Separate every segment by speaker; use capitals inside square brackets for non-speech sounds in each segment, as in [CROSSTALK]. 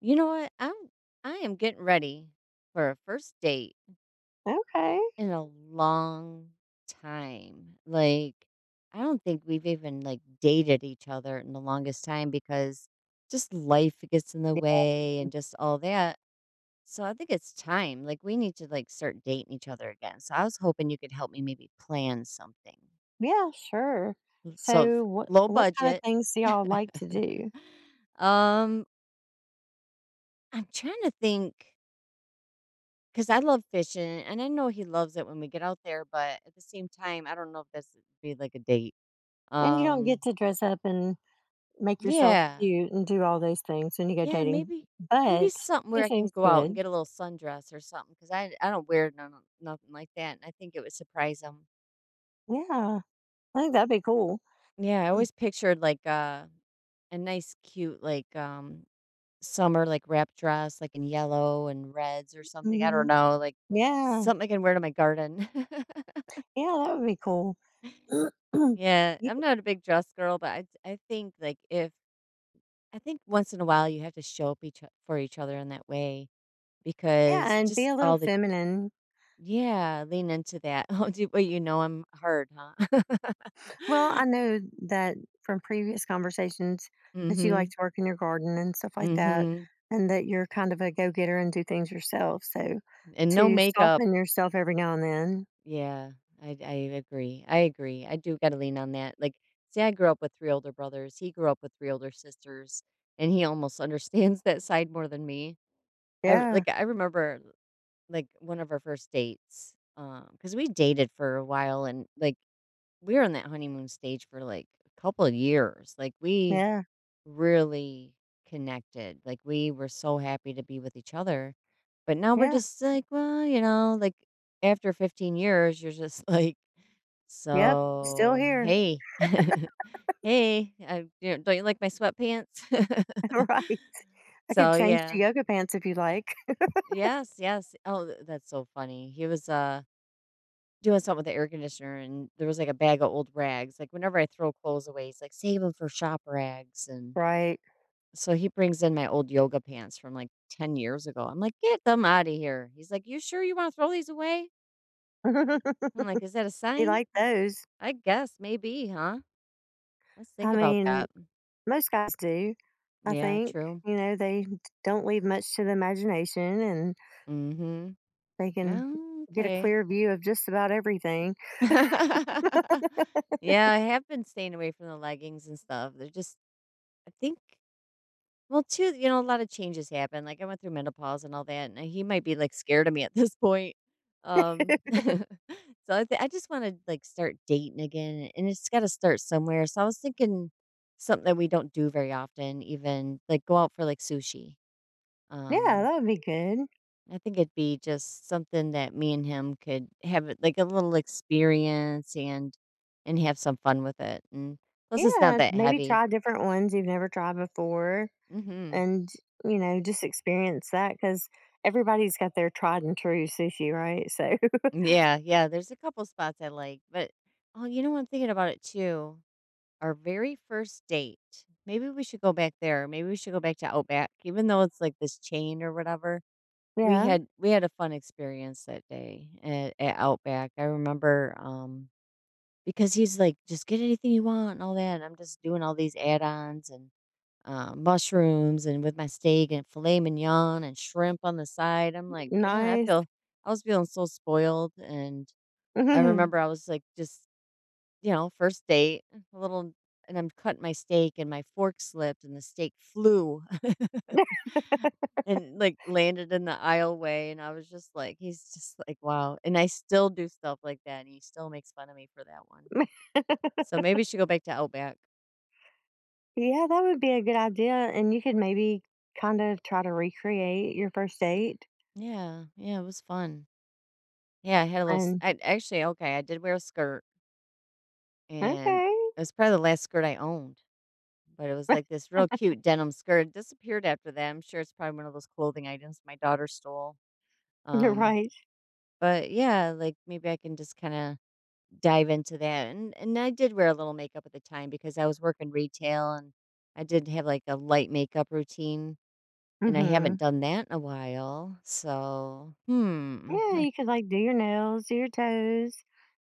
Speaker 1: You know what? I am getting ready for a first date
Speaker 2: Okay.
Speaker 1: in a long time. Like I don't think we've even like dated each other in the longest time because just life gets in the
Speaker 2: Yeah.
Speaker 1: way and just all that. So I think it's time. Like we need to like start dating each other again. So I was hoping you could help me maybe plan something.
Speaker 2: Yeah, sure.
Speaker 1: L- So
Speaker 2: So
Speaker 1: f-
Speaker 2: what
Speaker 1: Low
Speaker 2: what kind of
Speaker 1: budget.
Speaker 2: things do y'all like to
Speaker 1: [LAUGHS]
Speaker 2: do?
Speaker 1: um I'm trying to think. 'Cause I love fishing, and I know he loves it when we get out there, but at the same time, I don't know if this would be like a date.
Speaker 2: And you don't get
Speaker 1: Um,
Speaker 2: to dress up and make yourself
Speaker 1: yeah.
Speaker 2: cute and do all those things when you go
Speaker 1: Yeah,
Speaker 2: dating,
Speaker 1: maybe maybe
Speaker 2: but
Speaker 1: something where I can
Speaker 2: fishing's
Speaker 1: go out and
Speaker 2: good.
Speaker 1: get a little sundress or something. Cause I don't wear none nothing like that, and I think it would surprise him.
Speaker 2: Yeah, I think that'd be cool.
Speaker 1: Yeah, I always pictured like, a nice cute, like, summer, like, wrap dress, like, in yellow and reds or something, I don't
Speaker 2: Mhm.
Speaker 1: know, like,
Speaker 2: Yeah,
Speaker 1: something I can wear to my garden. [LAUGHS]
Speaker 2: yeah, that would be cool. [CLEARS THROAT]
Speaker 1: Yeah,
Speaker 2: You
Speaker 1: I'm
Speaker 2: c,
Speaker 1: not a big dress girl, but I think like if I think once in a while you have to show up for each other in that way
Speaker 2: yeah,
Speaker 1: because
Speaker 2: and be
Speaker 1: just
Speaker 2: a little
Speaker 1: all the
Speaker 2: feminine.
Speaker 1: yeah lean into that. [LAUGHS] Oh, do, well, you know I'm hard, huh? [LAUGHS]
Speaker 2: Well, I know that from previous conversations that you like
Speaker 1: Mhm,
Speaker 2: to work in your garden and stuff like that,
Speaker 1: mhm,
Speaker 2: and that you're kind of a go getter and do things yourself. So
Speaker 1: and no
Speaker 2: to
Speaker 1: makeup.
Speaker 2: soften yourself every now and then.
Speaker 1: Yeah, I agree. I agree. I do got to lean on that. Like, see, I grew up with three older brothers. He grew up with three older sisters, and he almost [LAUGHS] understands that side more than me.
Speaker 2: Yeah,
Speaker 1: Like I remember, like, one of our first dates, because we dated for a while and, like, we were on that honeymoon stage for, like, a couple of years, like, we
Speaker 2: yeah,
Speaker 1: really connected, like, we were so happy to be with each other, but now we're
Speaker 2: yeah.
Speaker 1: just like, "Well," you know, like, after 15 years, you're just [LAUGHS] like,
Speaker 2: Yep, still
Speaker 1: "So,
Speaker 2: here.
Speaker 1: hey, [LAUGHS] hey, I you know, don't you like my sweatpants?"
Speaker 2: [LAUGHS]
Speaker 1: [LAUGHS]
Speaker 2: Right. I could
Speaker 1: So,
Speaker 2: change to
Speaker 1: yeah.
Speaker 2: yoga pants if you like. [LAUGHS]
Speaker 1: Yes, yes. Oh, th that's so funny. He was, doing something with the air conditioner and there was like a bag of old rags. Like whenever I throw clothes away, he's like, save them for shop rags. And
Speaker 2: Right.
Speaker 1: so he brings in my old yoga pants from like 10 years ago. I'm like, get them out of here. He's like, you sure you want to throw these away?
Speaker 2: [LAUGHS] You
Speaker 1: I'm like, is that a sign?
Speaker 2: like those.
Speaker 1: I guess maybe, huh? Let's
Speaker 2: I
Speaker 1: think about
Speaker 2: mean,
Speaker 1: that.
Speaker 2: most guys do. I
Speaker 1: Yeah,
Speaker 2: think,
Speaker 1: true.
Speaker 2: you know, they don't leave much to the imagination and
Speaker 1: Mm
Speaker 2: they can
Speaker 1: hmm.
Speaker 2: get a
Speaker 1: Okay.
Speaker 2: clear view of just about everything.
Speaker 1: [LAUGHS] Yeah, I have been staying away from the leggings and stuff. They're just, I think. Well, too, you know, a lot of changes happen. Like I went through menopause and all that, and he might be like scared of me at this point. [LAUGHS] So I just want to like start dating again, and it's got to start somewhere. So I was thinking something that we don't do very often, even like go out for like sushi.
Speaker 2: Yeah,
Speaker 1: Um,
Speaker 2: that would be good.
Speaker 1: I think it'd be just something that me and him could like a little experience and have some fun with it. And plus, it's not
Speaker 2: Yeah,
Speaker 1: that
Speaker 2: maybe
Speaker 1: heavy.
Speaker 2: try different ones you've never tried before
Speaker 1: Hmm.
Speaker 2: and, you know, just experience that because everybody's got their tried and true sushi, right? So,
Speaker 1: Yeah, yeah, there's a couple spots I like, but oh, you know, I'm thinking about it too. Our very first date. Maybe we should go back there. Maybe we should go back to Outback, even though it's like this chain or whatever.
Speaker 2: [LAUGHS]
Speaker 1: We
Speaker 2: yeah,
Speaker 1: had we had a fun experience that day at Outback. I remember because he's like, just get anything you want and all that. And I'm just doing all these add-ons and mushrooms and with my steak and filet mignon and shrimp on the side. I'm like, man, I
Speaker 2: nice.
Speaker 1: feel I was feeling so spoiled and I remember I was like, just, you know, first date, eh, a little, and I'm cutting my steak and my fork slipped and the steak flew [LAUGHS] and like landed in the aisleway. And I was just like, he's just like, wow. And I still do stuff like that. And he still makes fun of me for that one.
Speaker 2: [LAUGHS]
Speaker 1: So maybe I should go back to Outback.
Speaker 2: Yeah, that would be a good idea. And you could maybe kind of try to recreate your first date.
Speaker 1: Yeah. Yeah. It was fun. Yeah. I had a little,
Speaker 2: And
Speaker 1: I actually, okay. I did wear a skirt and
Speaker 2: okay,
Speaker 1: it was probably the last skirt I owned. But it was like this real cute denim skirt, disappeared after that, I'm sure it's probably one of those clothing items my daughter stole,
Speaker 2: [LAUGHS] you're
Speaker 1: um,
Speaker 2: right.
Speaker 1: but yeah, like, maybe I can just kinda dive into that, and I did wear a little makeup at the time because I was working retail, and I did have, like, a light makeup routine, and I
Speaker 2: Hmm.
Speaker 1: haven't done that in a while, so, hmm,
Speaker 2: Yeah, you could like do your nails, do your toes,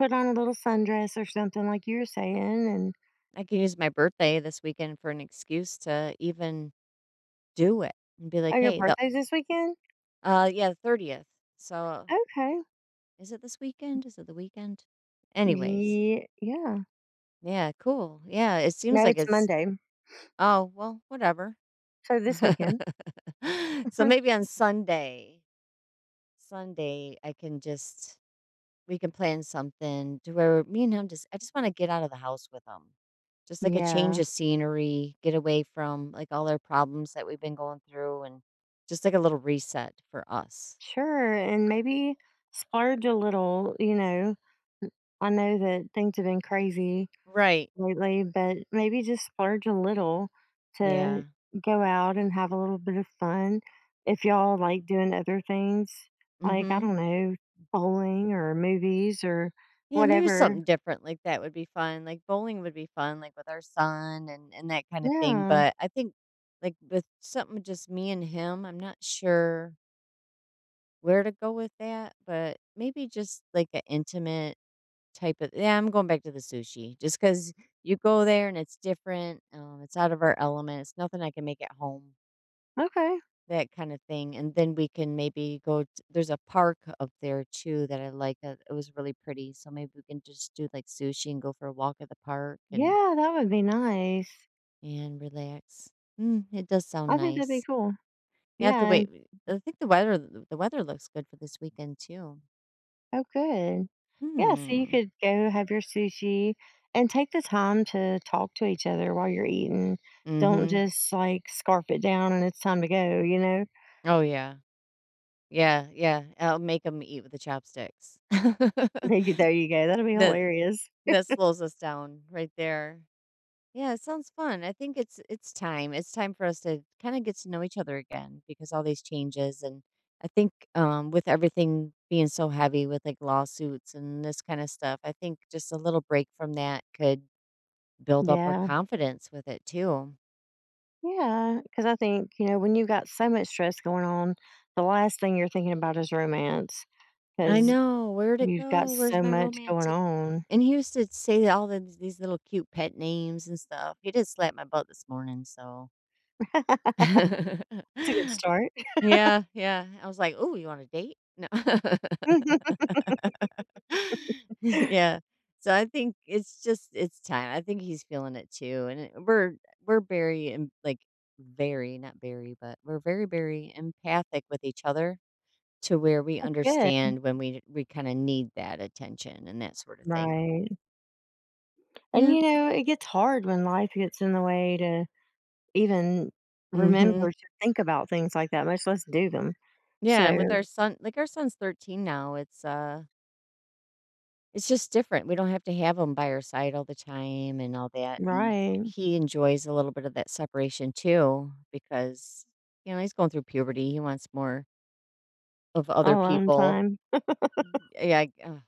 Speaker 2: put on a little sundress or something like you were saying, and
Speaker 1: I can use my birthday this weekend for an excuse to even do it, and be
Speaker 2: oh,
Speaker 1: like,
Speaker 2: your
Speaker 1: "Hey, the"
Speaker 2: birthday's this weekend?
Speaker 1: yeah, the 30th, so.
Speaker 2: Okay.
Speaker 1: Is it this weekend? Is it the weekend? Anyways,
Speaker 2: Ye yeah.
Speaker 1: yeah, cool. Yeah, it
Speaker 2: No,
Speaker 1: seems like
Speaker 2: it's
Speaker 1: it's
Speaker 2: Monday.
Speaker 1: oh, well, whatever.
Speaker 2: So
Speaker 1: [LAUGHS]
Speaker 2: this weekend. [LAUGHS]
Speaker 1: So maybe on Sunday, Sunday I can just we can plan something to where me and him just I just want to get out of the house with him. Just like a change
Speaker 2: Yeah.
Speaker 1: of scenery, get away from like all our problems that we've been going through and just like a little reset for us.
Speaker 2: Sure, and maybe splurge a little, you know? I know that things have been crazy
Speaker 1: Right.
Speaker 2: lately, but maybe just splurge a little to
Speaker 1: Yeah.
Speaker 2: go out and have a little bit of fun. If y'all like doing other things, like, I
Speaker 1: Mhm.
Speaker 2: don't know, bowling or movies or
Speaker 1: Yeah, maybe
Speaker 2: whatever.
Speaker 1: something different like that would be fun, like, bowling would be fun, like, with our son and that kinda thing,
Speaker 2: Yeah.
Speaker 1: but I think, like, with something just me and him, I'm not sure where to go with that, but maybe just, like, an intimate type of yeah, I'm going back to the sushi, just because you go there and it's different, it's out of our element, it's nothing I can make at home.
Speaker 2: Okay.
Speaker 1: That kinda thing, and then we can maybe go t there's a park up there too that I like, it was really pretty, so maybe we can just do, like, sushi and go for a walk at the park
Speaker 2: Yeah, that would be nice.
Speaker 1: and relax. Mm, it does
Speaker 2: I
Speaker 1: sound
Speaker 2: think that'd be
Speaker 1: nice.
Speaker 2: cool.
Speaker 1: You have
Speaker 2: Yeah,
Speaker 1: to wait
Speaker 2: and
Speaker 1: I think the weather looks good for this weekend too.
Speaker 2: oh, good. Yeah, so you
Speaker 1: Hmm.
Speaker 2: could go have your sushi and take the time to talk to each other while you're eating. Don't
Speaker 1: Mhm.
Speaker 2: just like scarf it down and it's time to go.
Speaker 1: Oh, yeah. Yeah, yeah, I'll make them eat with the chopsticks.
Speaker 2: [LAUGHS] Maybe
Speaker 1: [LAUGHS]
Speaker 2: there you go. That'll be
Speaker 1: That
Speaker 2: hilarious.
Speaker 1: that slows us down right there. Yeah, it sounds fun. I think it's time. It's time for us to kind of get to know each other again because all these changes and I think with everything being so heavy with like lawsuits and this kind of stuff, I think just a little break from that could build up our
Speaker 2: Yeah.
Speaker 1: confidence with it too.
Speaker 2: Yeah. Cause I think, when you've got so much stress going on, the last thing you're thinking about is romance
Speaker 1: I
Speaker 2: because
Speaker 1: know. Where'd it
Speaker 2: you've got
Speaker 1: go? Where's
Speaker 2: so
Speaker 1: my
Speaker 2: much going
Speaker 1: romantic?
Speaker 2: on.
Speaker 1: And he used to say all the, these little cute pet names and stuff. He did slap my butt this morning, so
Speaker 2: That's a good
Speaker 1: [LAUGHS]
Speaker 2: start.
Speaker 1: Yeah, yeah. I was like, "Oh, you want a date?" No.
Speaker 2: [LAUGHS]
Speaker 1: [LAUGHS] Yeah. So I think it's just it's time. I think he's feeling it too, and it we're very, em like, very not very, but we're very, very empathic with each other to where we
Speaker 2: Good.
Speaker 1: understand when we kinda need that attention and that sort of thing.
Speaker 2: Right. And,
Speaker 1: Yeah.
Speaker 2: it gets hard when life gets in the way to even remember
Speaker 1: Mhm.
Speaker 2: to think about things like that, much less do them.
Speaker 1: Yeah,
Speaker 2: So
Speaker 1: and with our son like, our son's 13 now, it's just different. We don't have to have him by our side all the time and all that, and
Speaker 2: right.
Speaker 1: he enjoys a little bit of that separation too because, you know, he's going through puberty. He wants more of other
Speaker 2: Alone
Speaker 1: people.
Speaker 2: time.
Speaker 1: Yeah, I, ugh,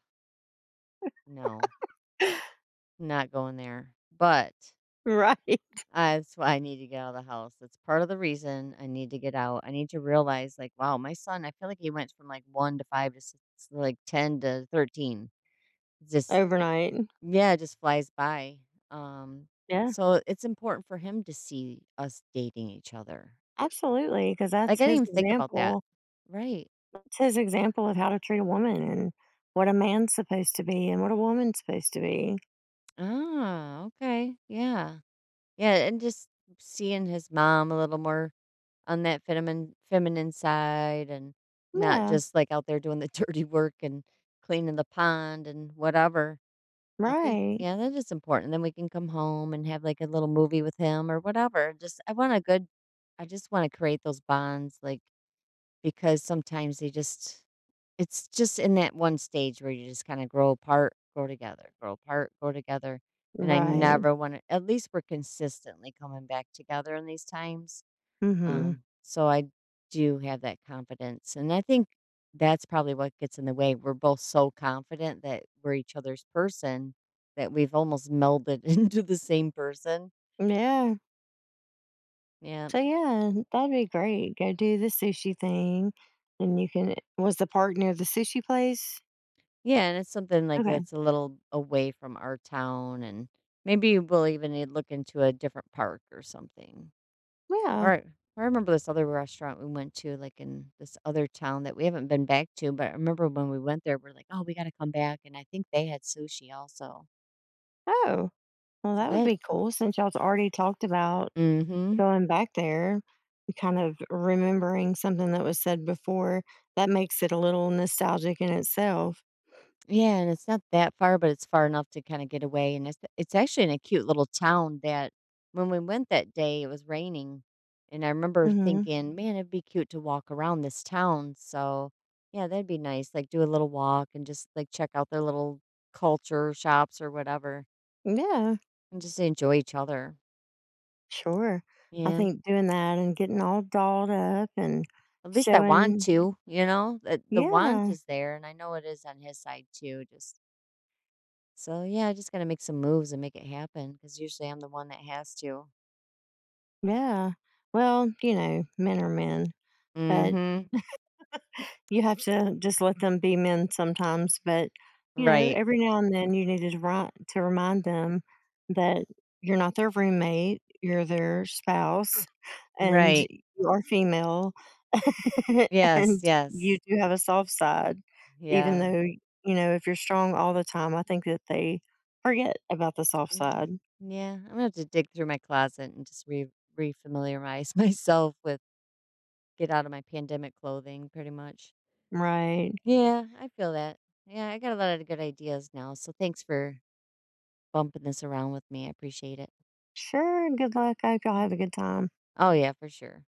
Speaker 1: no,
Speaker 2: [LAUGHS]
Speaker 1: not going there. But
Speaker 2: Right.
Speaker 1: that's why I need to get out of the house. That's part of the reason I need to get out. I need to realize, like, wow, my son. I feel like he went from like one to five to six, like 10 to 13. Just
Speaker 2: Overnight.
Speaker 1: yeah, it just flies by. Um,
Speaker 2: Yeah,
Speaker 1: so it's important for him to see us dating each other.
Speaker 2: absolutely, because that's
Speaker 1: Like I didn't
Speaker 2: his
Speaker 1: even think about that.
Speaker 2: example.
Speaker 1: Right.
Speaker 2: It's his example of how to treat a woman and what a man's supposed to be and what a woman's supposed to be.
Speaker 1: Ah, okay. Yeah. Yeah, and just seeing his mom a little more on that feminine side and not
Speaker 2: Yeah,
Speaker 1: just like out there doing the [LAUGHS] dirty work and cleaning the pond and whatever. I think
Speaker 2: right.
Speaker 1: yeah, that is important. Then we can come home and have like a little movie with him or whatever. Just I want a good I just want to create those bonds like because sometimes they just it's just in that one stage where you just kind of grow apart, grow together, grow apart, grow together. And I
Speaker 2: Right.
Speaker 1: never want to at least we're consistently coming back together in these times.
Speaker 2: Mhm.
Speaker 1: So I do have that confidence, and I think that's probably what gets in the way. We're both so confident that we're each other's person that we've almost melded [LAUGHS] into the same person.
Speaker 2: Yeah.
Speaker 1: Yeah.
Speaker 2: So yeah, that'd be great. Go do the sushi thing, and you can was the park near the sushi place?
Speaker 1: Yeah, and it's something like
Speaker 2: Okay.
Speaker 1: that's a little away from our town and maybe we'll even need look into a different park or something. All
Speaker 2: Yeah.
Speaker 1: right, I remember this other restaurant we went to like in this other town that we haven't been back to, but I remember when we went there we're like, "Oh, we got to come back." And I think they had sushi also.
Speaker 2: Oh, well,
Speaker 1: So
Speaker 2: that would
Speaker 1: that
Speaker 2: be cool since y'all's already talked about
Speaker 1: mm mhm.
Speaker 2: going back there, kind of remembering something that was said before. That makes it a little nostalgic in itself.
Speaker 1: Yeah, and it's not that far, but it's far enough to kinda get away, and it's actually in a cute little town that when we went that day, it was raining, and I remember
Speaker 2: Hmm.
Speaker 1: thinking, "Man, it'd be cute to walk around this town," so, yeah, that'd be nice, like, do a little walk and just, like, check out their little culture shops or whatever
Speaker 2: Yeah,
Speaker 1: and just enjoy each other.
Speaker 2: sure. I
Speaker 1: Yeah.
Speaker 2: think doing that and getting all dolled up and
Speaker 1: At least I want
Speaker 2: showing,
Speaker 1: to, you know? That the want
Speaker 2: yeah,
Speaker 1: is there, and I know it is on his side too, just so yeah, I just gotta make some moves and make it happen because usually I'm the one that has to.
Speaker 2: yeah. Well, you know, men are men, but
Speaker 1: Mm-hmm.
Speaker 2: you have to just let them be men sometimes, but,
Speaker 1: Right.
Speaker 2: every now and then you need to ri to remind them that you're not their roommate, you're their spouse, and
Speaker 1: Right.
Speaker 2: you are female, [LAUGHS]
Speaker 1: Yes.
Speaker 2: and you
Speaker 1: Yes.
Speaker 2: do have a soft side, even
Speaker 1: Yeah.
Speaker 2: though, if you're strong all the time, I think that they forget about the soft side.
Speaker 1: Mhm. Yeah. I'm gonna have to dig through my closet and just re refamiliarize [LAUGHS] myself with get out of my pandemic clothing, pretty much.
Speaker 2: Right.
Speaker 1: Yeah, I feel that. Yeah, I got a lot of good ideas now. So thanks for bumping this around with me. I appreciate it.
Speaker 2: Sure, good luck. I hope y'all have a good time.
Speaker 1: Oh yeah, for sure.